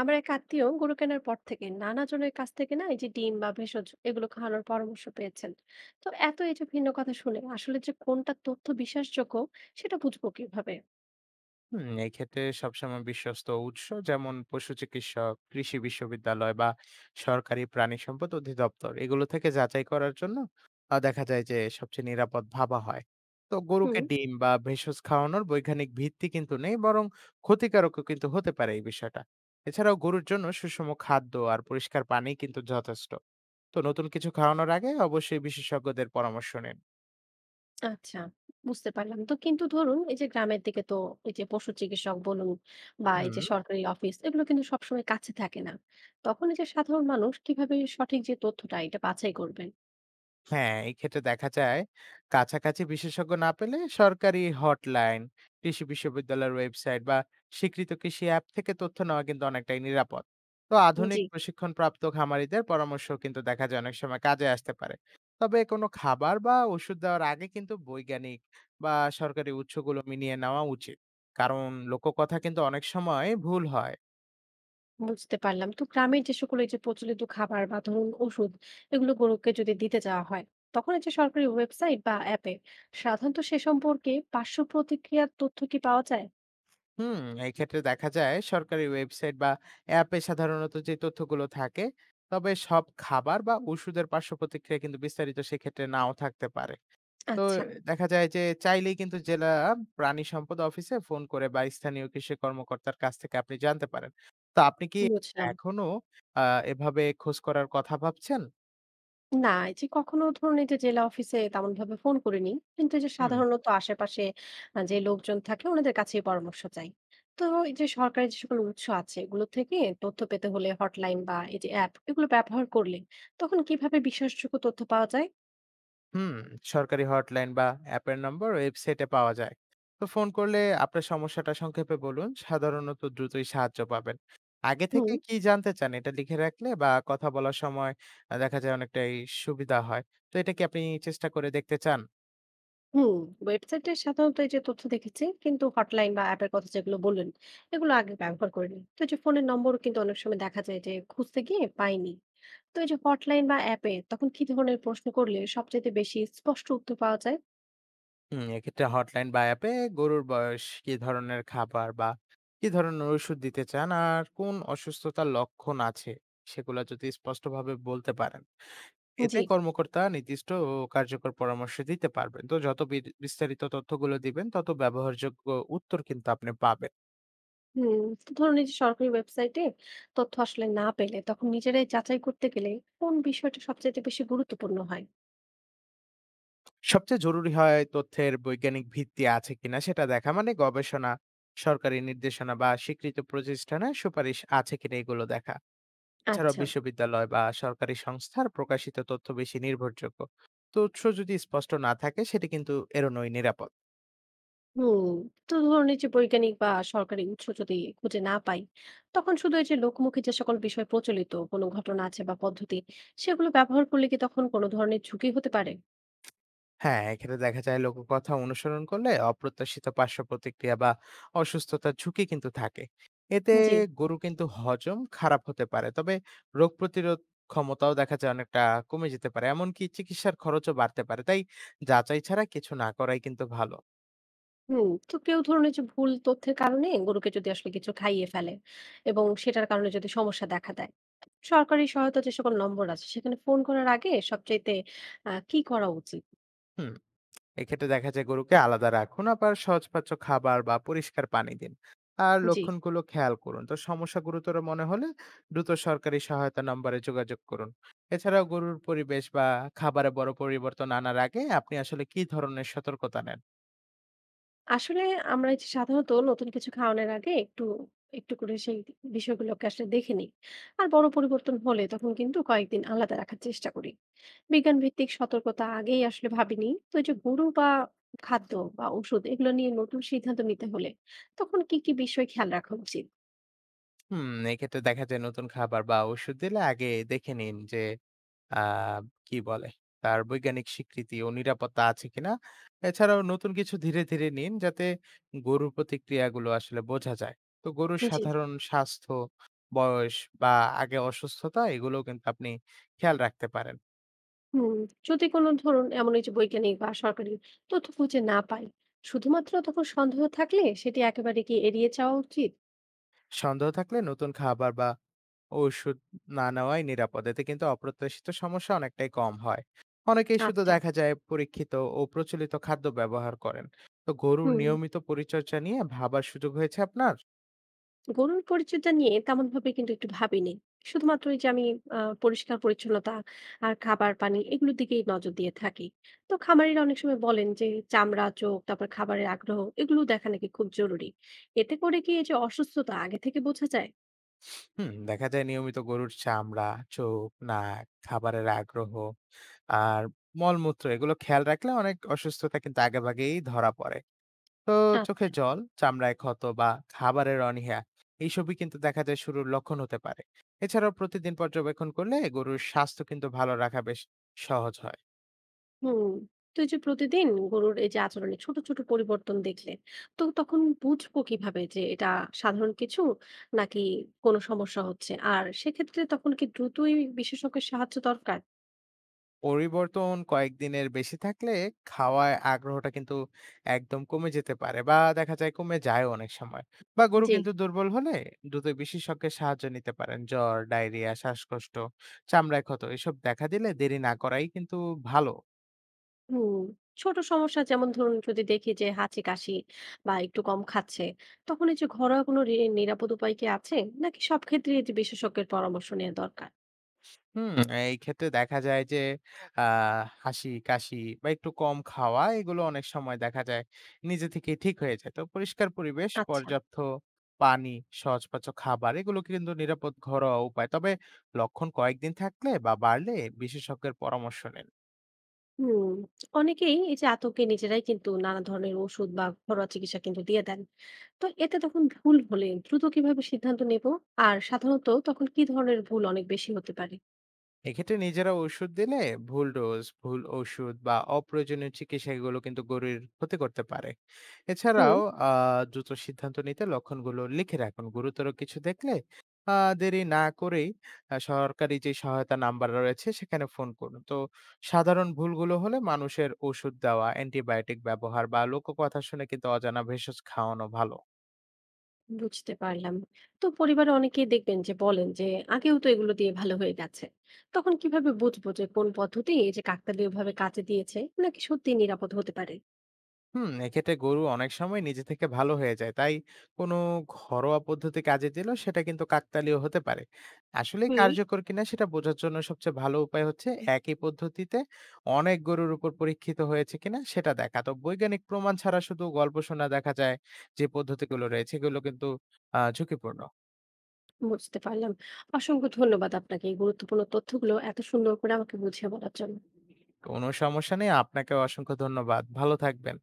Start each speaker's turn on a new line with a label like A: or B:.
A: আমার এক আত্মীয় গরু কেনার পর থেকে নানা জনের কাছ থেকে না এই যে ডিম বা ভেষজ এগুলো খাওয়ানোর পরামর্শ পেয়েছেন। তো এত এই যে ভিন্ন কথা শুনে আসলে যে কোনটা তথ্য বিশ্বাসযোগ্য, সেটা বুঝবো কিভাবে?
B: হুম, এক্ষেত্রে সবসময় বিশ্বস্ত উৎস যেমন পশু চিকিৎসক, কৃষি বিশ্ববিদ্যালয় বা সরকারি প্রাণী সম্পদ অধিদপ্তর এগুলো থেকে যাচাই করার জন্য দেখা যায় যে সবচেয়ে নিরাপদ ভাবা হয়। তো গরুকে
A: হুম।
B: ডিম বা ভেষজ খাওয়ানোর বৈজ্ঞানিক ভিত্তি কিন্তু নেই, বরং ক্ষতিকারকও কিন্তু হতে পারে এই বিষয়টা। এছাড়াও গরুর জন্য সুষম খাদ্য আর পরিষ্কার পানি কিন্তু যথেষ্ট। তো নতুন কিছু খাওয়ানোর আগে অবশ্যই বিশেষজ্ঞদের পরামর্শ নিন।
A: আচ্ছা, বুঝতে পারলাম, তো কিন্তু ধরুন এই যে গ্রামের দিকে তো এই যে পশু চিকিৎসক বলুন বা এই
B: হুম।
A: যে সরকারি অফিস এগুলো কিন্তু সবসময় কাছে থাকে না। তখন এই যে সাধারণ মানুষ কিভাবে সঠিক যে তথ্যটা এটা বাছাই করবেন?
B: হ্যাঁ, এক্ষেত্রে দেখা যায় কাছাকাছি বিশেষজ্ঞ না পেলে সরকারি হটলাইন, কৃষি বিশ্ববিদ্যালয়ের ওয়েবসাইট বা স্বীকৃত কৃষি অ্যাপ থেকে তথ্য নেওয়া কিন্তু অনেকটাই নিরাপদ। তো আধুনিক
A: জি।
B: প্রশিক্ষণপ্রাপ্ত খামারিদের পরামর্শ কিন্তু দেখা যায় অনেক সময় কাজে আসতে পারে। তবে কোনো খাবার বা ওষুধ দেওয়ার আগে কিন্তু বৈজ্ঞানিক বা সরকারি উৎসগুলো মিলিয়ে নেওয়া উচিত। কারণ লোককথা কিন্তু অনেক সময় ভুল হয়।
A: বুঝতে পারলাম। তো গ্রামের যে সকল এই যে প্রচলিত খাবার বা ধরুন ওষুধ এগুলো গরুকে যদি দিতে যাওয়া হয়, তখন এই যে সরকারি ওয়েবসাইট বা অ্যাপে সাধারণত সে সম্পর্কে পার্শ্ব প্রতিক্রিয়ার তথ্য কি পাওয়া যায়?
B: হুম, এক্ষেত্রে দেখা যায় সরকারি ওয়েবসাইট বা অ্যাপে সাধারণত যে তথ্যগুলো থাকে, তবে সব খাবার বা ওষুধের পার্শ্ব প্রতিক্রিয়া কিন্তু বিস্তারিত সেক্ষেত্রে নাও থাকতে পারে। তো
A: আচ্ছা,
B: দেখা যায় যে চাইলেই কিন্তু জেলা প্রাণী সম্পদ অফিসে ফোন করে বা স্থানীয় কৃষি কর্মকর্তার কাছ থেকে আপনি জানতে পারেন। তো আপনি কি
A: বুঝলাম।
B: এখনো এভাবে খোঁজ করার কথা ভাবছেন?
A: না, এই যে কখনো ধরুন এই যে জেলা অফিসে তেমন ভাবে ফোন করিনি। কিন্তু এই যে
B: হুম।
A: সাধারণত আশেপাশে যে লোকজন থাকে ওনাদের কাছেই পরামর্শ চাই। তো এই যে সরকারি যে সকল উৎস আছে এগুলো থেকে তথ্য পেতে হলে হটলাইন বা এই যে অ্যাপ এগুলো ব্যবহার করলে তখন কিভাবে বিশ্বাসযোগ্য তথ্য পাওয়া যায়?
B: হুম, সরকারি হটলাইন বা অ্যাপের নম্বর ওয়েবসাইটে পাওয়া যায়। তো ফোন করলে আপনার সমস্যাটা সংক্ষেপে বলুন, সাধারণত দ্রুতই সাহায্য পাবেন। আগে
A: হুম।
B: থেকে কি জানতে চান এটা লিখে রাখলে বা কথা বলার সময় দেখা যায় অনেকটাই সুবিধা হয়। তো এটা কি আপনি চেষ্টা করে দেখতে চান?
A: হুম। ওয়েবসাইটে সাধারণত এই যে তথ্য দেখেছি কিন্তু হটলাইন বা অ্যাপের কথা যেগুলো বললেন এগুলো আগে ব্যবহার করিনি। তো এই যে ফোনের নম্বর কিন্তু অনেক সময় দেখা যায় যে খুঁজতে গিয়ে পাইনি। তো এই যে হটলাইন বা অ্যাপে তখন কি ধরনের প্রশ্ন করলে সবচেয়ে বেশি স্পষ্ট উত্তর পাওয়া যায়?
B: হুম, এক্ষেত্রে হটলাইন বা অ্যাপে গরুর বয়স, কি ধরনের খাবার বা কি ধরনের ওষুধ দিতে চান আর কোন অসুস্থতার লক্ষণ আছে সেগুলো যদি স্পষ্টভাবে বলতে পারেন,
A: জি।
B: এতে কর্মকর্তা নির্দিষ্ট ও কার্যকর পরামর্শ দিতে পারবেন। তো যত বিস্তারিত তথ্যগুলো দিবেন, তত ব্যবহারযোগ্য উত্তর কিন্তু আপনি পাবেন।
A: হুম। তো ধরুন এই যে সরকারি ওয়েবসাইটে তথ্য আসলে না পেলে তখন নিজেরাই যাচাই করতে গেলে কোন বিষয়টা সবচেয়ে বেশি গুরুত্বপূর্ণ হয়?
B: সবচেয়ে জরুরি হয় তথ্যের বৈজ্ঞানিক ভিত্তি আছে কিনা সেটা দেখা, মানে গবেষণা, সরকারি নির্দেশনা বা স্বীকৃত প্রতিষ্ঠানে সুপারিশ আছে কিনা এগুলো দেখা। এছাড়াও
A: আচ্ছা।
B: বিশ্ববিদ্যালয় বা সরকারি সংস্থার প্রকাশিত তথ্য বেশি নির্ভরযোগ্য। তো উৎস যদি স্পষ্ট না থাকে, সেটি কিন্তু এড়োনোই নিরাপদ।
A: হুম। তো ধরুন এই যে বৈজ্ঞানিক বা সরকারি উৎস যদি খুঁজে না পাই, তখন শুধু এই যে লোকমুখে যে সকল বিষয় প্রচলিত কোনো ঘটনা আছে বা পদ্ধতি সেগুলো ব্যবহার করলে কি তখন কোনো ধরনের ঝুঁকি হতে পারে?
B: হ্যাঁ, এক্ষেত্রে দেখা যায় লোককথা অনুসরণ করলে অপ্রত্যাশিত পার্শ্ব প্রতিক্রিয়া বা অসুস্থতার ঝুঁকি কিন্তু থাকে। এতে
A: জি।
B: গরু কিন্তু হজম খারাপ হতে পারে। তবে রোগ প্রতিরোধ ক্ষমতাও দেখা যায় অনেকটা কমে যেতে পারে। এমনকি চিকিৎসার খরচও বাড়তে পারে। তাই যাচাই ছাড়া কিছু না করাই কিন্তু ভালো।
A: হুম। তো কেউ ধরুন এই যে ভুল তথ্যের কারণে গরুকে যদি আসলে কিছু খাইয়ে ফেলে এবং সেটার কারণে যদি সমস্যা দেখা দেয়, সরকারি সহায়তা যে সকল নম্বর আছে সেখানে ফোন করার আগে সবচাইতে কি করা উচিত?
B: হুম। এক্ষেত্রে দেখা যায় গরুকে আলাদা রাখুন, আবার সহজপাচ্য খাবার বা পরিষ্কার পানি দিন আর
A: জি।
B: লক্ষণগুলো খেয়াল করুন। তো সমস্যা গুরুতর মনে হলে দ্রুত সরকারি সহায়তা নম্বরে যোগাযোগ করুন। এছাড়াও গরুর পরিবেশ বা খাবারে বড় পরিবর্তন আনার আগে আপনি আসলে কি ধরনের সতর্কতা নেন?
A: আসলে আমরা এই যে সাধারণত নতুন কিছু খাওয়ানোর আগে একটু একটু করে সেই বিষয়গুলোকে আসলে দেখে নিই। আর বড় পরিবর্তন হলে তখন কিন্তু কয়েকদিন আলাদা রাখার চেষ্টা করি। বিজ্ঞান ভিত্তিক সতর্কতা আগেই আসলে ভাবিনি। তো এই যে গুরু বা খাদ্য বা ওষুধ এগুলো নিয়ে নতুন সিদ্ধান্ত নিতে হলে তখন কি কি বিষয় খেয়াল রাখা উচিত?
B: হুম, এক্ষেত্রে দেখা যায় নতুন খাবার বা ওষুধ দিলে আগে দেখে নিন যে আ কি বলে, তার বৈজ্ঞানিক স্বীকৃতি ও নিরাপত্তা আছে কিনা। এছাড়াও নতুন কিছু ধীরে, ধীরে নিন যাতে গরুর প্রতিক্রিয়াগুলো আসলে বোঝা যায়। তো গরুর
A: জি।
B: সাধারণ স্বাস্থ্য, বয়স বা আগে অসুস্থতা এগুলোও কিন্তু আপনি খেয়াল রাখতে পারেন।
A: হুম। যদি কোনো ধরুন এমন এই যে বৈজ্ঞানিক বা সরকারি তথ্য খুঁজে না পাই, শুধুমাত্র তখন সন্দেহ থাকলে সেটি একেবারে কি এড়িয়ে যাওয়া উচিত?
B: সন্দেহ থাকলে নতুন খাবার বা ঔষুধ না নেওয়াই নিরাপদ। এতে কিন্তু অপ্রত্যাশিত সমস্যা অনেকটাই কম হয়। অনেকেই শুধু
A: আচ্ছা।
B: দেখা যায় পরীক্ষিত ও প্রচলিত খাদ্য ব্যবহার করেন। তো গরুর
A: হুম।
B: নিয়মিত পরিচর্যা নিয়ে ভাবার সুযোগ হয়েছে আপনার?
A: গরুর পরিচর্যা নিয়ে তেমন ভাবে কিন্তু একটু ভাবিনি। শুধুমাত্র এই যে আমি পরিষ্কার পরিচ্ছন্নতা আর খাবার পানি এগুলোর দিকেই নজর দিয়ে থাকি। তো খামারিরা অনেক সময় বলেন যে চামড়া চোখ তারপর খাবারের আগ্রহ এগুলো দেখা নাকি খুব জরুরি। এতে করে কি এই যে অসুস্থতা আগে থেকে বোঝা যায়?
B: হুম, দেখা যায় নিয়মিত গরুর চামড়া, চোখ, নাক, খাবারের আগ্রহ আর মলমূত্র এগুলো খেয়াল রাখলে অনেক অসুস্থতা কিন্তু আগেভাগেই ধরা পড়ে। তো চোখে
A: আচ্ছা।
B: জল, চামড়ায় ক্ষত বা খাবারের অনীহা এইসবই কিন্তু দেখা যায় শুরুর লক্ষণ হতে পারে। এছাড়াও প্রতিদিন পর্যবেক্ষণ করলে গরুর স্বাস্থ্য কিন্তু ভালো রাখা বেশ সহজ হয়।
A: হুম। তো এই যে প্রতিদিন গরুর এই যে আচরণে ছোট ছোট পরিবর্তন দেখলে তো তখন বুঝবো কিভাবে যে এটা সাধারণ কিছু নাকি কোনো সমস্যা হচ্ছে, আর সেক্ষেত্রে তখন কি দ্রুতই বিশেষজ্ঞের সাহায্য দরকার?
B: পরিবর্তন কয়েকদিনের বেশি থাকলে খাওয়ায় আগ্রহটা কিন্তু একদম কমে যেতে পারে বা দেখা যায় কমে যায় অনেক সময়, বা গরু
A: জি।
B: কিন্তু দুর্বল হলে দ্রুত বিশেষজ্ঞের সাহায্য নিতে পারেন। জ্বর, ডায়রিয়া, শ্বাসকষ্ট, চামড়ায় ক্ষত এসব দেখা দিলে দেরি না করাই কিন্তু ভালো।
A: হুম, ছোট সমস্যা যেমন ধরুন যদি দেখি যে হাঁচি কাশি বা একটু কম খাচ্ছে, তখন এই যে ঘরোয়া কোনো নিরাপদ উপায় কি আছে নাকি সব ক্ষেত্রে এই যে বিশেষজ্ঞের পরামর্শ নেওয়া দরকার?
B: হুম, এই ক্ষেত্রে দেখা যায় যে আ হাসি-কাশি বা একটু কম খাওয়া এগুলো অনেক সময় দেখা যায় নিজে থেকেই ঠিক হয়ে যায়। তো পরিষ্কার পরিবেশ,
A: আচ্ছা।
B: পর্যাপ্ত পানি, সহজপাচ্য খাবার এগুলো কিন্তু নিরাপদ ঘরোয়া উপায়। তবে লক্ষণ কয়েকদিন থাকলে বা বাড়লে বিশেষজ্ঞের পরামর্শ নিন।
A: হুম। অনেকেই এই যে আতঙ্কে নিজেরাই কিন্তু নানা ধরনের ওষুধ বা ঘরোয়া চিকিৎসা কিন্তু দিয়ে দেন। তো এতে তখন ভুল হলে দ্রুত কিভাবে সিদ্ধান্ত নেব আর সাধারণত তখন কি ধরনের ভুল অনেক বেশি হতে পারে?
B: এক্ষেত্রে নিজেরা ওষুধ দিলে ভুল ডোজ, ভুল ওষুধ বা অপ্রয়োজনীয় চিকিৎসা এগুলো কিন্তু গরুর ক্ষতি করতে পারে।
A: হুম।
B: এছাড়াও দ্রুত সিদ্ধান্ত নিতে লক্ষণগুলো লিখে রাখুন। গুরুতর কিছু দেখলে দেরি না করেই সরকারি যে সহায়তা নাম্বার রয়েছে সেখানে ফোন করুন। তো সাধারণ ভুলগুলো হলে মানুষের ওষুধ দেওয়া, অ্যান্টিবায়োটিক ব্যবহার বা লোককথা শুনে কিন্তু অজানা ভেষজ খাওয়ানো ভালো।
A: বুঝতে পারলাম। তো পরিবারে অনেকেই দেখবেন যে বলেন যে আগেও তো এগুলো দিয়ে ভালো হয়ে গেছে। তখন কিভাবে বুঝবো যে কোন পদ্ধতি এই যে কাকতালীয়ভাবে কাজে দিয়েছে নাকি সত্যিই নিরাপদ হতে পারে?
B: হুম, এক্ষেত্রে গরু অনেক সময় নিজে থেকে ভালো হয়ে যায়। তাই কোনো ঘরোয়া পদ্ধতি কাজে দিলেও সেটা কিন্তু কাকতালীয় হতে পারে। আসলেই
A: হুম।
B: কার্যকর কিনা সেটা বোঝার জন্য সবচেয়ে ভালো উপায় হচ্ছে একই পদ্ধতিতে অনেক গরুর উপর পরীক্ষিত হয়েছে কিনা সেটা দেখা। তো বৈজ্ঞানিক প্রমাণ ছাড়া শুধু গল্প শোনা, দেখা যায় যে পদ্ধতিগুলো রয়েছে এগুলো কিন্তু ঝুঁকিপূর্ণ।
A: বুঝতে পারলাম। অসংখ্য ধন্যবাদ আপনাকে এই গুরুত্বপূর্ণ তথ্যগুলো এত সুন্দর করে আমাকে বুঝিয়ে বলার জন্য।
B: কোনো সমস্যা নেই। আপনাকেও অসংখ্য ধন্যবাদ। ভালো থাকবেন।